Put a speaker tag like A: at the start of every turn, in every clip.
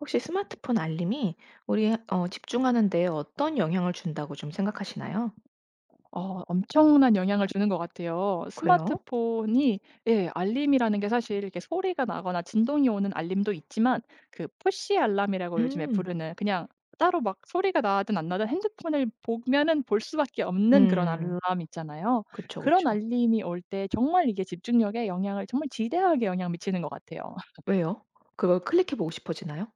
A: 혹시 스마트폰 알림이 우리 집중하는 데에 어떤 영향을 준다고 좀 생각하시나요?
B: 엄청난 영향을 주는 것 같아요.
A: 그래요?
B: 스마트폰이. 예, 알림이라는 게 사실 이렇게 소리가 나거나 진동이 오는 알림도 있지만, 그 푸시 알람이라고 요즘에
A: 음.
B: 부르는, 그냥 따로 막 소리가 나든 안 나든 핸드폰을 보면은 볼 수밖에 없는 그런
A: 음.
B: 알람 있잖아요.
A: 그쵸,
B: 그런
A: 그쵸.
B: 알림이 올 때 정말 이게 집중력에 영향을, 정말 지대하게 영향 미치는 것 같아요.
A: 왜요? 그걸 클릭해 보고 싶어지나요?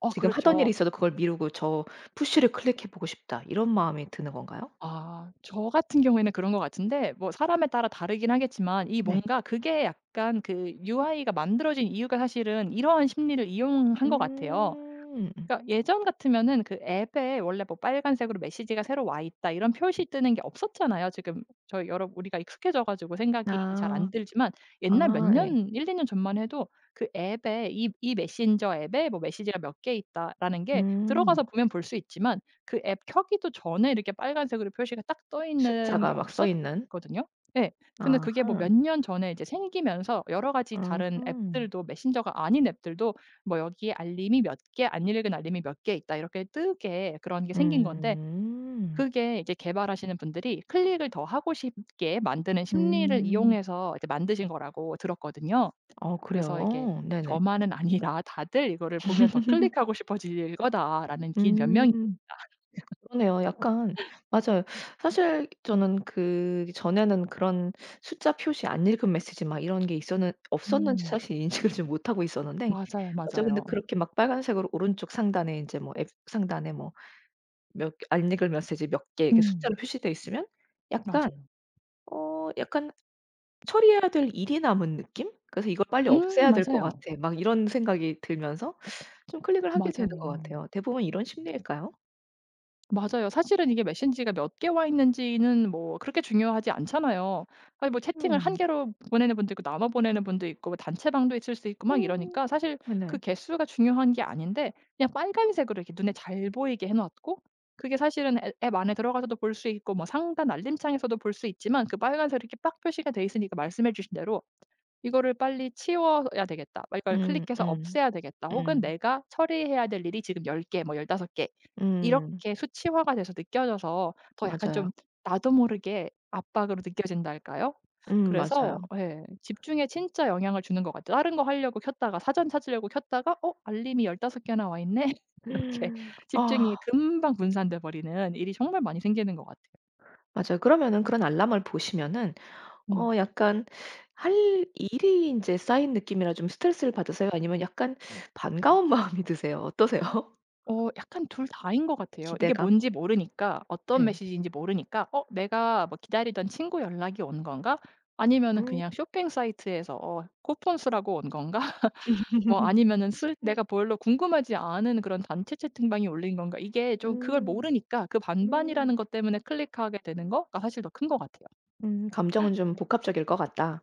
B: 어
A: 지금 하던 일이
B: 그렇죠.
A: 있어도 그걸 미루고 '저 푸시를 클릭해 보고 싶다.' 이런 마음이 드는 건가요?
B: 아, 저 같은 경우에는 그런 것 같은데, 뭐 사람에 따라 다르긴 하겠지만, 이
A: 네.
B: 뭔가 그게 약간 그 UI가 만들어진 이유가 사실은 이러한 심리를 이용한 것 같아요.
A: 음.
B: 그러니까 예전 같으면은 그 앱에 원래 뭐 빨간색으로 메시지가 새로 와 있다 이런 표시 뜨는 게 없었잖아요. 지금 저희 여러 우리가 익숙해져 가지고 생각이 잘
A: 아.
B: 안 들지만, 옛날 몇
A: 아 네.
B: 년 1-2년 전만 해도 그 앱에 이 메신저 앱에 뭐 메시지가 몇 개 있다라는 게
A: 음.
B: 들어가서 보면 볼 수 있지만, 그 앱 켜기도 전에 이렇게 빨간색으로 표시가 딱 떠 있는 게
A: 숫자가 막 써 있는.
B: 없었거든요. 예. 근데 그게 뭐
A: 아하.
B: 몇 년 전에 이제 생기면서 여러 가지 다른
A: 음음.
B: 앱들도, 메신저가 아닌 앱들도 뭐 여기에 알림이 몇 개, 안 읽은 알림이 몇 개 있다, 이렇게 뜨게 그런 게 생긴 건데,
A: 음.
B: 그게 이제 개발하시는 분들이 클릭을 더 하고 싶게 만드는 심리를
A: 음.
B: 이용해서 이제 만드신 거라고 들었거든요.
A: 어 그래요?
B: 그래서 이게
A: 네네.
B: '저만은 아니라 다들 이거를 보면 더 클릭하고 싶어질 거다.'라는 긴
A: 음.
B: 변명이.
A: 그러네요. 약간 맞아요. 사실 저는 그전에는 그런 숫자 표시 안 읽은 메시지 막 이런 게 있었는 없었는지
B: 음.
A: 사실 인식을 좀 못하고 있었는데
B: 맞아요,
A: 맞아. 근데
B: 맞아요.
A: 그렇게 막 빨간색으로 오른쪽 상단에 이제 뭐 앱 상단에 뭐 몇 개 안 읽은 메시지 몇 개 이렇게
B: 음,
A: 숫자로 표시되어 있으면 약간
B: 맞아요.
A: 약간 처리해야 될 일이 남은 느낌? 그래서 '이걸 빨리
B: 음,
A: 없애야 될 것
B: 맞아요.
A: 같아.' 막 이런 생각이 들면서 좀 클릭을 하게 되는 것
B: 맞아요.
A: 같아요. 대부분 이런 심리일까요?
B: 맞아요. 사실은 이게 메신지가 몇 개 와 있는지는 뭐 그렇게 중요하지 않잖아요. 아니 뭐 채팅을 한
A: 음.
B: 개로 보내는 분도 있고, 나눠 보내는 분도 있고, 뭐 단체방도 있을 수 있고 막
A: 음.
B: 이러니까, 사실 그
A: 네네.
B: 개수가 중요한 게 아닌데 그냥 빨간색으로 이렇게 눈에 잘 보이게 해 놓았고, 그게 사실은 앱 안에 들어가서도 볼 수 있고 뭐 상단 알림창에서도 볼 수 있지만, 그 빨간색으로 이렇게 빡 표시가 돼 있으니까 말씀해 주신 대로 '이거를 빨리 치워야 되겠다.' 막 이걸
A: 음
B: '클릭해서
A: 음.
B: 없애야 되겠다.' 혹은
A: 음.
B: '내가 처리해야 될 일이 지금 10개 개, 뭐 15개 개.'
A: 음.
B: 이렇게 수치화가 돼서 느껴져서 더 약간 좀
A: 맞아요.
B: 나도 모르게 압박으로 느껴진다 할까요? 그래서
A: 맞아요.
B: 예, 집중에 진짜 영향을 주는 것 같아요. 다른 거 하려고 켰다가, 사전 찾으려고 켰다가 '어 알림이 15개나 개나 와 있네.' 이렇게
A: 아
B: 집중이 금방 분산돼 버리는 일이 정말 많이 생기는 것 같아요.
A: 맞아요. 그러면은 그런 알람을 보시면은
B: 음.
A: 약간 할 일이 인제 쌓인 느낌이라 좀 스트레스를 받으세요? 아니면 약간 반가운 마음이 드세요? 어떠세요?
B: 어 약간 둘 다인 것 같아요. 이게
A: 기대감?
B: 뭔지 모르니까, 어떤
A: 예.
B: 메시지인지 모르니까 '어 내가 뭐 기다리던 친구 연락이 온 건가? 아니면은
A: 음.
B: 그냥 쇼핑 사이트에서 어 쿠폰 쓰라고 온 건가?' 뭐 아니면은 쓸 내가 별로 궁금하지 않은 그런 단체 채팅방에 올린 건가, 이게 좀 그걸
A: 음.
B: 모르니까 그
A: 음.
B: 반반이라는 것 때문에 클릭하게 되는 거가 사실 더 큰 것 같아요.
A: 음. 감정은 좀 복합적일 것 같다.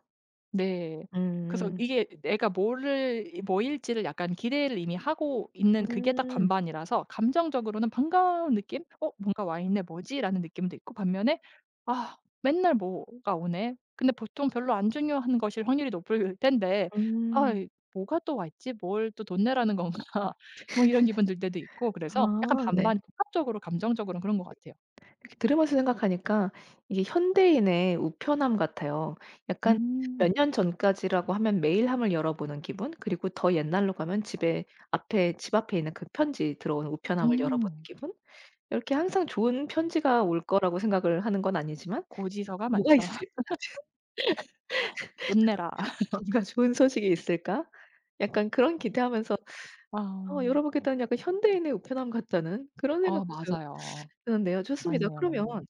B: 네. 그래서
A: 음.
B: 이게 내가 뭐를 뭐일지를 약간 기대를 이미 하고 있는, 그게 딱
A: 음.
B: 반반이라서 감정적으로는 반가운 느낌? '어 뭔가 와 있네. 뭐지?'라는 느낌도 있고, 반면에 '아 맨날 뭐가 오네. 근데 보통 별로 안 중요한 것일 확률이 높을 텐데, 아
A: 음.
B: 이 뭐가 또 와 있지? 뭘 또 돈 내라는 건가?' 뭐 이런 기분 들 때도 있고, 그래서 약간
A: 아 네.
B: 반반 복합적으로 감정적으로는 그런 것 같아요.
A: 이렇게 들으면서 생각하니까 이게 현대인의 우편함 같아요. 약간
B: 음.
A: 몇 년 전까지라고 하면 메일함을 열어보는 기분, 그리고 더 옛날로 가면 집에 앞에 집 앞에 있는 그 편지 들어오는 우편함을 열어보는
B: 음.
A: 기분. 이렇게 항상 좋은 편지가 올 거라고 생각을 하는 건 아니지만
B: 고지서가
A: '뭐가
B: 많죠.
A: 있을
B: "돈 내라."
A: 뭔가 좋은 소식이 있을까?' 약간 그런 기대하면서
B: 아.
A: 열어보게 되면 약간 현대인의 우편함 같다는 그런
B: 아
A: 생각도
B: 맞아요.
A: 그런데요. 좋습니다.
B: 맞네요,
A: 그러면
B: 맞네요.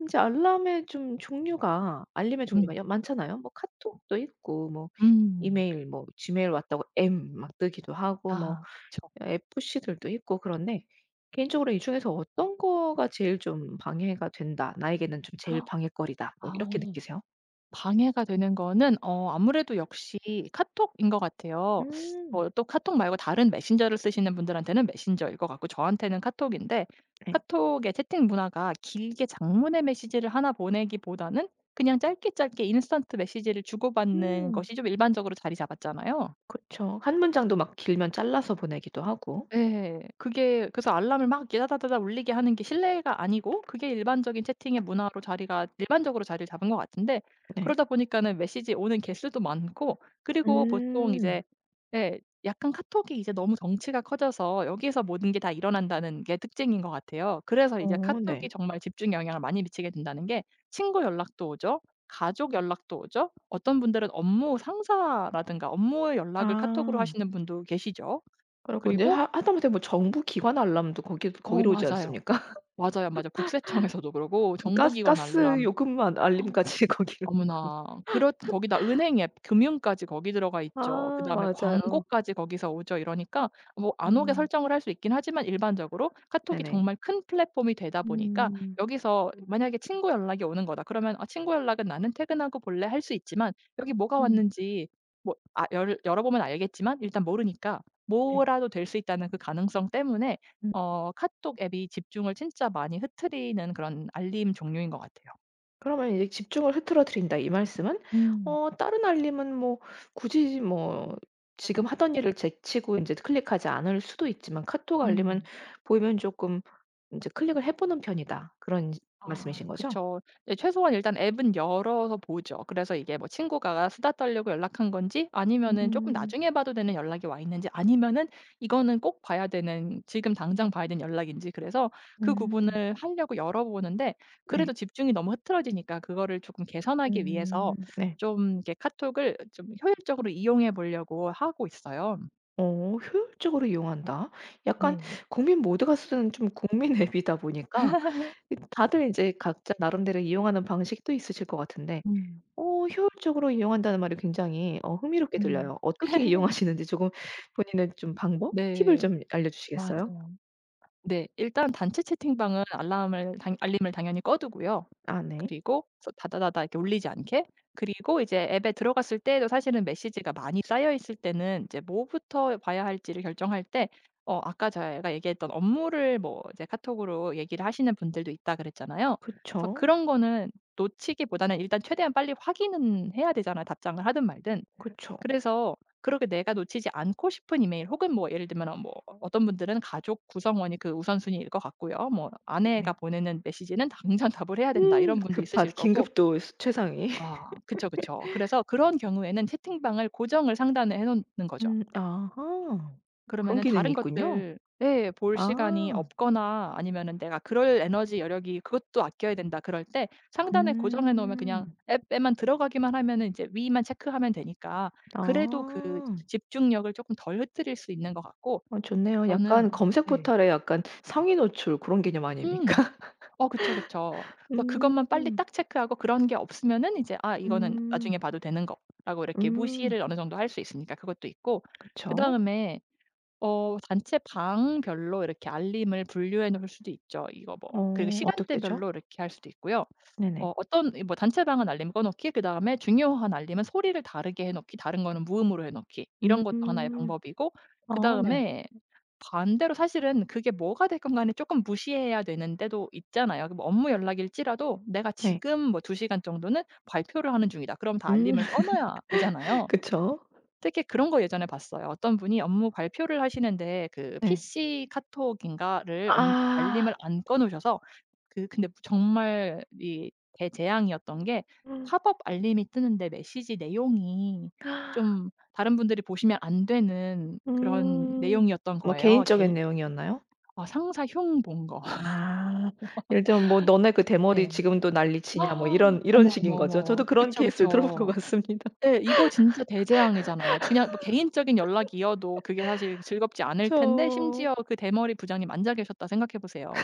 A: 이제 알람의 좀 종류가 알림의 종류가
B: 음.
A: 여 많잖아요. 뭐 카톡도 있고 뭐
B: 음.
A: 이메일 뭐 지메일 왔다고 M 막 뜨기도 하고 뭐
B: 아 그쵸.
A: FC들도 있고 그런데 개인적으로 이 중에서 어떤 거가 제일 좀 방해가 된다. 나에게는 좀 제일 방해거리다. 뭐
B: 아,
A: 이렇게 느끼세요?
B: 방해가 되는 거는 어 아무래도 역시 카톡인 것 같아요.
A: 음.
B: 뭐 또 카톡 말고 다른 메신저를 쓰시는 분들한테는 메신저일 것 같고, 저한테는 카톡인데,
A: 네.
B: 카톡의 채팅 문화가 길게 장문의 메시지를 하나 보내기보다는 그냥 짧게 짧게 인스턴트 메시지를 주고받는
A: 음.
B: 것이 좀 일반적으로 자리 잡았잖아요.
A: 그죠한 문장도 막 길면 잘라서 보내기도 하고.
B: 예. 그게 그래서 알람을 막 야다다다다 울리게 하는 게 실내가 아니고, 그게 일반적인 채팅의 문화로 자리가 일반적으로 자리를 잡은 것 같은데,
A: 네.
B: 그러다 보니까는 메시지 오는 개수도 많고, 그리고 보통
A: 음.
B: 이제 예 약간 카톡이 이제 너무 덩치가 커져서 여기에서 모든 게 다 일어난다는 게 특징인 것 같아요. 그래서 이제
A: 어
B: 카톡이
A: 네.
B: 정말 집중에 영향을 많이 미치게 된다는 게, 친구 연락도 오죠. 가족 연락도 오죠. 어떤 분들은 업무 상사라든가 업무의 연락을 카톡으로
A: 아.
B: 하시는 분도 계시죠.
A: 그리고 인제
B: 그리고
A: 하 하다못해 뭐 정부 기관 알람도 거기
B: 어
A: 거기로 오지
B: 맞아요.
A: 않습니까?
B: 맞아요. 맞아. 국세청에서도 그러고
A: 그 가스
B: 정부기관
A: 가스
B: 알람.
A: 요금만 알림까지 거기로 오고.
B: 어머나. 그렇 거기다 은행 앱 금융까지 거기 들어가 있죠.
A: 아
B: 그다음에
A: 맞아요.
B: 광고까지 거기서 오죠. 이러니까 뭐
A: 아
B: 안 오게 설정을 할 수 있긴 하지만, 일반적으로 카톡이
A: 네네.
B: 정말 큰 플랫폼이 되다 보니까
A: 음.
B: 여기서 만약에 친구 연락이 오는 거다 그러면 '아 친구 연락은 나는 퇴근하고 볼래.' 할 수 있지만, 여기 뭐가
A: 음
B: 왔는지 뭐 아 열 열어보면 알겠지만 일단 모르니까,
A: 네.
B: 뭐라도 될 수 있다는 그 가능성 때문에
A: 음.
B: 어 카톡 앱이 집중을 진짜 많이 흐트리는 그런 알림 종류인 것 같아요.
A: 그러면 이제 "집중을 흐트러뜨린다." 이 말씀은
B: 음.
A: 다른 알림은 뭐 굳이 뭐 지금 하던 일을 제치고 인제 클릭하지 않을 수도 있지만 카톡 알림은
B: 음.
A: 보이면 조금 인제 클릭을 해 보는 편이다. 그런
B: 아
A: 말씀이신 거죠?
B: 그쵸. 예 최소한 일단 앱은 열어서 보죠. 그래서 이게 뭐 친구가 수다 떨려고 연락한 건지, 아니면은 조금
A: 음.
B: 나중에 봐도 되는 연락이 와 있는지, 아니면은 이거는 꼭 봐야 되는, 지금 당장 봐야 되는 연락인지, 그래서 그
A: 음.
B: 구분을 하려고 열어보는데, 그래도
A: 네.
B: 집중이 너무 흐트러지니까 그거를 조금 개선하기 위해서
A: 네.
B: 좀 이렇게 카톡을 좀 효율적으로 이용해 보려고 하고 있어요.
A: 어 효율적으로 이용한다. 약간
B: 네.
A: 국민 모두가 쓰는 좀 국민 앱이다 보니까 다들 이제 각자 나름대로 이용하는 방식도 있으실 것 같은데
B: 음.
A: 효율적으로 이용한다는 말이 굉장히 흥미롭게
B: 음.
A: 들려요. 어떻게 이용하시는지 조금 본인의 좀 방법, 팁을
B: 네.
A: 좀 알려주시겠어요?
B: 맞아요. 네. 일단 단체 채팅방은 알람을 당 알림을 당연히 꺼 두고요.
A: 아 네.
B: 그리고 서 다다다다 이렇게 울리지 않게, 그리고 이제 앱에 들어갔을 때에도 사실은 메시지가 많이 쌓여 있을 때는 이제 뭐부터 봐야 할지를 결정할 때, 어 아까 제가 얘기했던 업무를 뭐 이제 카톡으로 얘기를 하시는 분들도 있다 그랬잖아요. 그래서
A: 그쵸.
B: 그런 거는 놓치기보다는 일단 최대한 빨리 확인은 해야 되잖아요, 답장을 하든 말든.
A: 그쵸.
B: 그래서 그렇게 내가 놓치지 않고 싶은 이메일, 혹은 뭐 예를 들면 뭐 어떤 분들은 가족 구성원이 그 우선순위일 것 같고요. 뭐 아내가
A: 네.
B: 보내는 메시지는 당장 답을 해야 된다 이런 분도
A: 급한
B: 있으실 거고.
A: 긴급도 최상위.
B: 아 그쵸, 그쵸. 그래서 그런 경우에는 채팅방을 고정을 상단에 해 놓는 거죠.
A: 아하. 그런
B: 그러면은
A: 기능이
B: 다른
A: 있군요.
B: 것들 예 볼 시간이
A: 아.
B: 없거나, 아니면은 내가 그럴 에너지 여력이, 그것도 아껴야 된다 그럴 때 상단에 고정해 놓으면
A: 음.
B: 그냥 앱에만 들어가기만 하면은 이제 위만 체크하면 되니까,
A: 아.
B: 그래도 그 집중력을 조금 덜 흐트릴 수 있는 것 같고.
A: 어 좋네요.
B: 저는
A: 약간 검색
B: 네.
A: 포털에 약간 상위 노출 그런 개념 아닙니까?
B: 음. 어 그쵸, 그쵸. 그래서
A: 음.
B: 그것만 빨리 딱 체크하고 그런 게 없으면은 이제 '아 이거는 나중에
A: 음.
B: 봐도 되는 거.'라고 이렇게
A: 음.
B: 무시를 어느 정도 할 수 있으니까 그것도 있고,
A: 그쵸.
B: 그다음에 어 단체 방별로 이렇게 알림을 분류해 놓을 수도 있죠. 이거 뭐 그리고
A: 어 어떻게 죠
B: 시간대별로 이렇게 할 수도 있고요.
A: 네네.
B: 어 어떤 이 뭐 단체방은 알림 꺼 놓기, 그다음에 중요한 알림은 소리를 다르게 해 놓기, 다른 거는 무음으로 해 놓기, 이런 것도 하나의
A: 음.
B: 방법이고.
A: 아 네.
B: 그다음에 반대로 사실은 그게 뭐가 됐건 간에 쪼끔 무시해야 되는 때도 있잖아요. 그 뭐 업무 연락일지라도 내가
A: 네.
B: 지금 뭐 2시간 시간 정도는 발표를 하는 중이다, 그럼 다
A: 음
B: 알림을 꺼 놔야 되잖아요.
A: 그쵸.
B: 되게 그런 거 예전에 봤어요. 어떤 분이 업무 발표를 하시는데 그
A: 네.
B: PC 카톡인가를 엄 알림을
A: 아.
B: 안 꺼 놓으셔서 그 근데 정말 이 대재앙이었던 게,
A: 음.
B: 팝업 알림이 뜨는데 메시지 내용이 좀 다른 분들이 보시면 안 되는 그런
A: 음,
B: 내용이었던
A: 뭐
B: 거예요. 개인.
A: 개인적인 내용이었나요?
B: 아 상사 흉 본 거.
A: 아. 예를 들면 뭐 "너네 그 대머리
B: 네.
A: 지금도 난리치냐." 뭐 이런
B: 어머, 어머,
A: 식인 거죠.
B: 어머.
A: 저도 그런
B: 그쵸,
A: 케이스를 들어 본 것
B: 그쵸.
A: 같습니다.
B: 예. 이거 진짜 대재앙이잖아요. 그냥 뭐 개인적인 연락이어도 그게 사실 즐겁지 않을 텐데,
A: 그쵸.
B: 심지어 그 대머리 부장님 앉아 계셨다 생각해 보세요.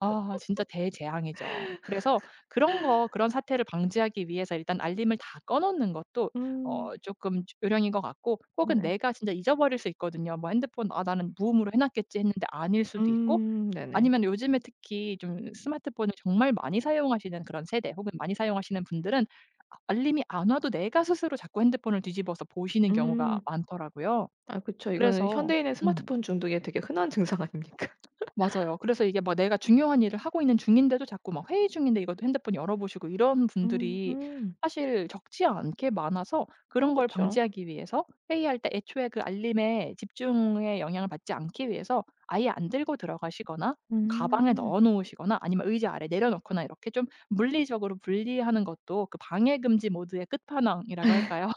B: 아 진짜 대재앙이죠. 그래서 그런 거 그런 사태를 방지하기 위해서 일단 알림을 다 꺼 놓는 것도
A: 음.
B: 어 쪼끔 요령인 것 같고, 혹은
A: 네네.
B: 내가 진짜 잊어버릴 수 있거든요. 뭐 핸드폰 '아 나는 무음으로 해 놨겠지.' 했는데 아닐 수도 있고,
A: 네네.
B: 아니면 요즘에 특히 좀 스마트폰을 정말 많이 사용하시는 그런 세대, 혹은 많이 사용하시는 분들은 아 알림이 안 와도 내가 스스로 자꾸 핸드폰을 뒤집어서 보시는 경우가
A: 음.
B: 많더라고요.
A: 아 그쵸. 이거는
B: 그래서
A: 현대인의
B: 음.
A: 스마트폰 중독에 되게 흔한 증상 아닙니까?
B: 맞아요. 그래서 이게 막 내가 중요한 일을 하고 있는 중인데도 자꾸 막 회의 중인데 이것도 핸드폰 열어보시고 이런
A: 음
B: 분들이
A: 음.
B: 사실 적지 않게 많아서,
A: 어
B: 그런 걸
A: 그쵸.
B: 방지하기 위해서 회의할 때 애초에 그 알림에 집중에 영향을 받지 않기 위해서 아예 안 들고 들어가시거나, 가방에
A: 음.
B: 넣어 놓으시거나, 아니면 의자 아래 내려놓거나, 이렇게 좀 물리적으로 분리하는 것도 그 방해 금지 모드의 끝판왕이라고 할까요?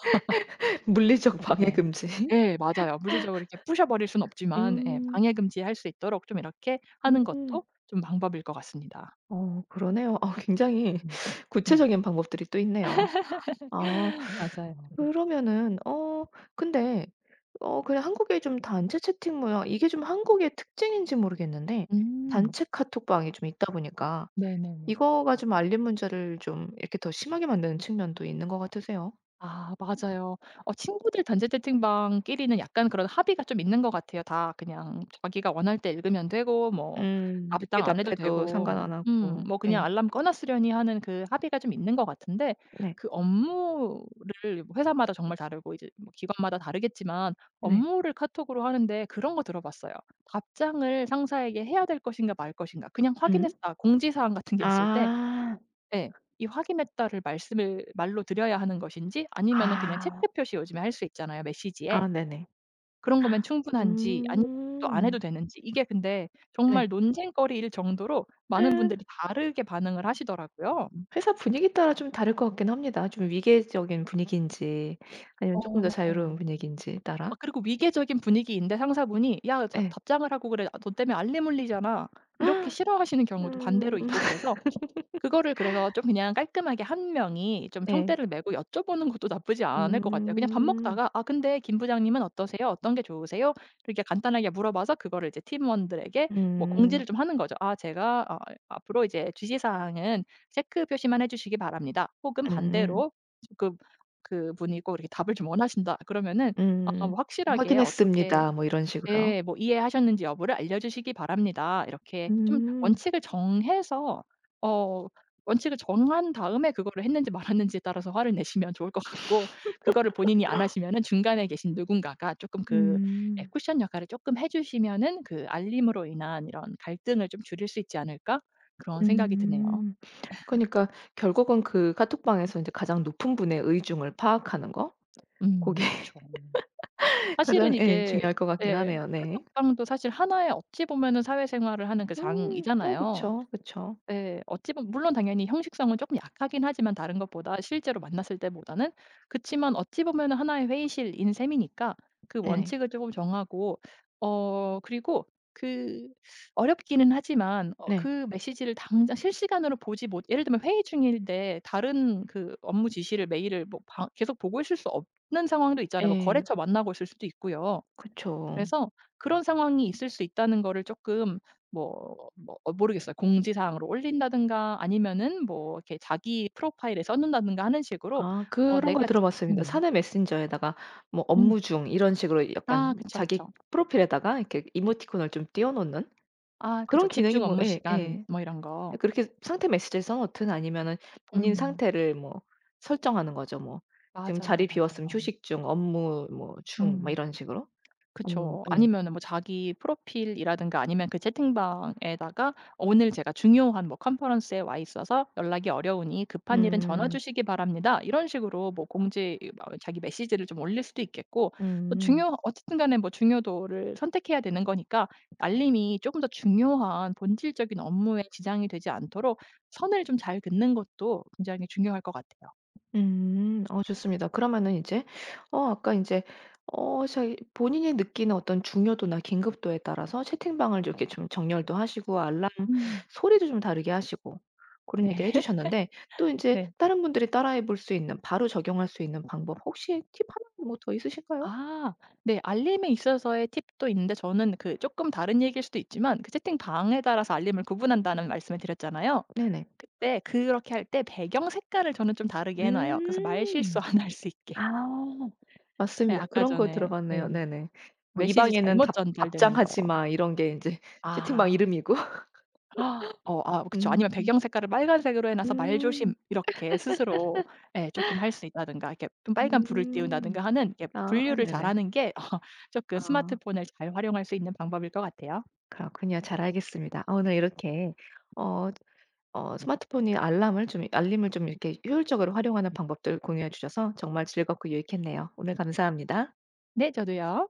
A: 물리적 방해
B: 네.
A: 금지.
B: 예 맞아요. 물리적으로 이렇게 부셔 버릴 수는 없지만, 예
A: 음.
B: 방해 금지할 수 있도록 좀 이렇게 하는
A: 음.
B: 것도 좀 방법일 것 같습니다.
A: 어 그러네요. 아 굉장히
B: 음. 네.
A: 구체적인 방법들이 또 있네요. 아
B: 맞아요, 맞아요.
A: 그러면은 어 근데 그냥 한국의 좀 단체 채팅 문화 이게 좀 한국의 특징인지 모르겠는데
B: 음.
A: 단체 카톡방이 좀 있다 보니까
B: 네네네.
A: 이거가 좀 알림 문제를 좀 이렇게 더 심하게 만드는 측면도 있는 것 같으세요?
B: 아 맞아요. 어 친구들 단체 채팅방끼리는 약간 그런 합의가 좀 있는 것 같아요. 다 그냥 자기가 원할 때 읽으면 되고, 뭐
A: 음. 늦게
B: 답장 안 해도
A: 답해도
B: 되고,
A: 상관 안 하고.
B: 뭐 그냥
A: 네.
B: '알람 꺼 놨으려니.' 하는 그 합의가 좀 있는 것 같은데,
A: 네.
B: 그 업무를 뭐 회사마다 정말 다르고 이제 뭐 기관마다 다르겠지만,
A: 네.
B: 업무를 카톡으로 하는데 그런 거 들어봤어요. 답장을 상사에게 해야 될 것인가 말 것인가, 그냥
A: 음.
B: 확인했다, 공지사항 같은 게 있을 때.
A: 아.
B: 예. 이 확인했다를 말씀을 말로 드려야 하는 것인지, 아니면은 그냥 체크
A: 아.
B: 표시 요즘에 할 수 있잖아요, 메시지에.
A: 아 네네.
B: 그런 거면 충분한지, 아니면 또 안 해도
A: 음.
B: 되는지, 이게 근데
A: 네.
B: 정말 논쟁거리일 정도로 많은
A: 음,
B: 분들이 다르게 반응을 하시더라고요.
A: 회사 분위기 따라 좀 다를 것 같긴 합니다. 좀 위계적인 분위기인지 아니면 조금
B: 어
A: 더
B: 맞아요.
A: 자유로운 분위기인지
B: 아
A: 따라.
B: 그리고 위계적인 분위기인데 상사분이 "야 자
A: 네.
B: 답장을 하고 그래. 너 때문에 알림울리잖아." 이렇게 싫어하시는 경우도 반대로
A: 음.
B: 있고, 그래서 그거를 그래서 좀 그냥 깔끔하게 한 명이 좀
A: 네.
B: 총대를 메고 여쭤보는 것도 나쁘지 않을 것 같아요. 그냥 밥
A: 음.
B: 먹다가 "아 근데 김 부장님은 어떠세요? 어떤 게 좋으세요?" 이렇게 간단하게 물어봐서 그거를 이제 팀원들에게 뭐 공지를
A: 음.
B: 좀 하는 거죠. "아 제가 어 앞으로 이제 주시 사항은 체크 표시만 해 주시기 바랍니다." 혹은
A: 음.
B: 반대로 그 그분이 꼭 이렇게 답을 좀 원하신다 그러면은, 아 뭐
A: 음.
B: 확실하게 어떻게.
A: "확인했습니다." 뭐 이런 식으로요?
B: 네, 뭐 "이해하셨는지 여부를 알려주시기 바랍니다." 이렇게 좀
A: 음.
B: 원칙을 정해서 어 원칙을 정한 다음에 그거를 했는지 말았는지에 따라서 화를 내시면 좋을 것 같고, 그거를 본인이 안 하시면은 중간에 계신 누군가가 조금 그 예
A: 음.
B: 쿠션 역할을 조금 해 주시면은 그 알림으로 인한 이런 갈등을 좀 줄일 수 있지 않을까, 그런 생각이 드네요.
A: 음. 그러니까 결국은 그 카톡방에서 이제 가장 높은 분의 의중을 파악하는 거? 고게
B: 그쵸. 사실은
A: 가장 예
B: 이게
A: 중요할 것 같긴
B: 예.
A: 하네요. 네.
B: 카톡방도 사실 하나의 어찌 보면은 사회생활을 하는 그
A: 음. 어
B: 장이잖아요.
A: 그쵸, 그쵸.
B: 예. 어찌 보면 물론 당연히 형식성은 쪼끔 약하긴 하지만, 다른 것보다, 실제로 만났을 때보다는. 그치만 어찌 보면은 하나의 회의실인 셈이니까 그
A: 네네.
B: 원칙을 쪼금 정하고 어 그리고 그 어렵기는 하지만, 어
A: 네.
B: 그 메시지를 당장 실시간으로 보지 못 예를 들면 회의 중인데 다른 그 업무 지시를 메일을 뭐 방 계속 보고 있을 수 없는 상황도 있잖아요. 뭐
A: 예.
B: 거래처 만나고 있을 수도 있고요.
A: 그쵸.
B: 그래서 그런 상황이 있을 수 있다는 거를 조금, 뭐 어 모르겠어요. 공지사항으로 올린다든가, 아니면은 뭐 이렇게 자기 프로파일에 써 놓는다든가 하는 식으로
A: 아
B: 어
A: 그런 거
B: 내가 지
A: 들어봤습니다.
B: 음.
A: 사내 메신저에다가 뭐
B: 음.
A: 업무 중 이런 식으로
B: 아
A: 약간
B: 그쵸,
A: 자기
B: 그쵸.
A: 프로필에다가 이렇게 이모티콘을 좀 띄워 놓는
B: 아 그쵸,
A: 그런 기능이
B: 집중
A: 뭐
B: 업무
A: 예
B: 시간
A: 예.
B: 뭐 이런 거.
A: 그렇게 상태 메시지에서 놓든 아니면은 본인
B: 음.
A: 상태를 뭐 설정하는 거죠. 뭐 지금
B: 맞아요,
A: 자리 비웠으면
B: 맞아요.
A: 휴식 중, 업무 뭐 중 막
B: 음.
A: 이런 식으로.
B: 그쵸.
A: 네.
B: 아니면은 뭐 자기 프로필이라든가, 아니면 그 채팅방에다가 "오늘 제가 중요한 뭐 컨퍼런스에 와 있어서 연락이 어려우니 급한 일은 전화
A: 음.
B: 주시기 바랍니다." 이런 식으로 뭐 공지, 뭐 자기 메시지를 좀 올릴 수도 있겠고, 또
A: 음.
B: 중요 어쨌든 간에 뭐 중요도를 선택해야 되는 거니까
A: 음.
B: 알림이 쪼금 더 중요한 본질적인 업무에 지장이 되지 않도록 선을 좀 잘 긋는 것도 굉장히 중요할 것 같아요.
A: 음. 어 좋습니다. 그러면은 이제 아까 이제 자기 본인이 느끼는 어떤 중요도나 긴급도에 따라서 채팅방을 이렇게 좀 정렬도 하시고 알람
B: 음.
A: 소리도 좀 다르게 하시고 그런 얘기를
B: 네.
A: 해 주셨는데 또 이제
B: 네.
A: 다른 분들이 따라해 볼 수 있는 바로 적용할 수 있는 방법 혹시 팁 하나 뭐 더 있으실까요?
B: 아. 네. 알림에 있어서의 팁도 있는데, 저는 그 조금 다른 얘기일 수도 있지만 그 채팅방에 따라서 알림을 구분한다는 말씀을 드렸잖아요.
A: 네네.
B: 그때 그렇게 할 때 배경 색깔을 저는 좀 다르게 해 놔요. 그래서 말실수
A: 음.
B: 안 할 수 있게.
A: 아.
B: 네,
A: 맞습니다.
B: 아까
A: 그런 거
B: 전에
A: 들어봤네요.
B: 네,
A: 네네. 뭐 "이
B: 메시지
A: 방에는
B: 잘못
A: 답
B: 전달되는 거.
A: 답장하지 마." 이런 게 이제 채팅방
B: 아.
A: 이름이고.
B: 아. 어 아 그쵸.
A: 음.
B: 아니면 배경 색깔을 빨간색으로 해 놔서 "말조심."
A: 음.
B: 이렇게 스스로 예 쪼끔 할 수 있다든가, 이렇게 좀 빨간 불을
A: 음.
B: 띄운다든가 하는, 이렇게
A: 아
B: 분류를
A: 네네.
B: 잘하는 게 어 쪼끔
A: 아
B: 스마트폰을 잘 활용할 수 있는 방법일 것 같아요.
A: 그렇군요. 잘 알겠습니다. 아 오늘 이렇게 어 스마트폰이 알람을 좀 알림을 좀 이렇게 효율적으로 활용하는 방법들 공유해 주셔서 정말 즐겁고 유익했네요. 오늘 감사합니다.
B: 네 저도요.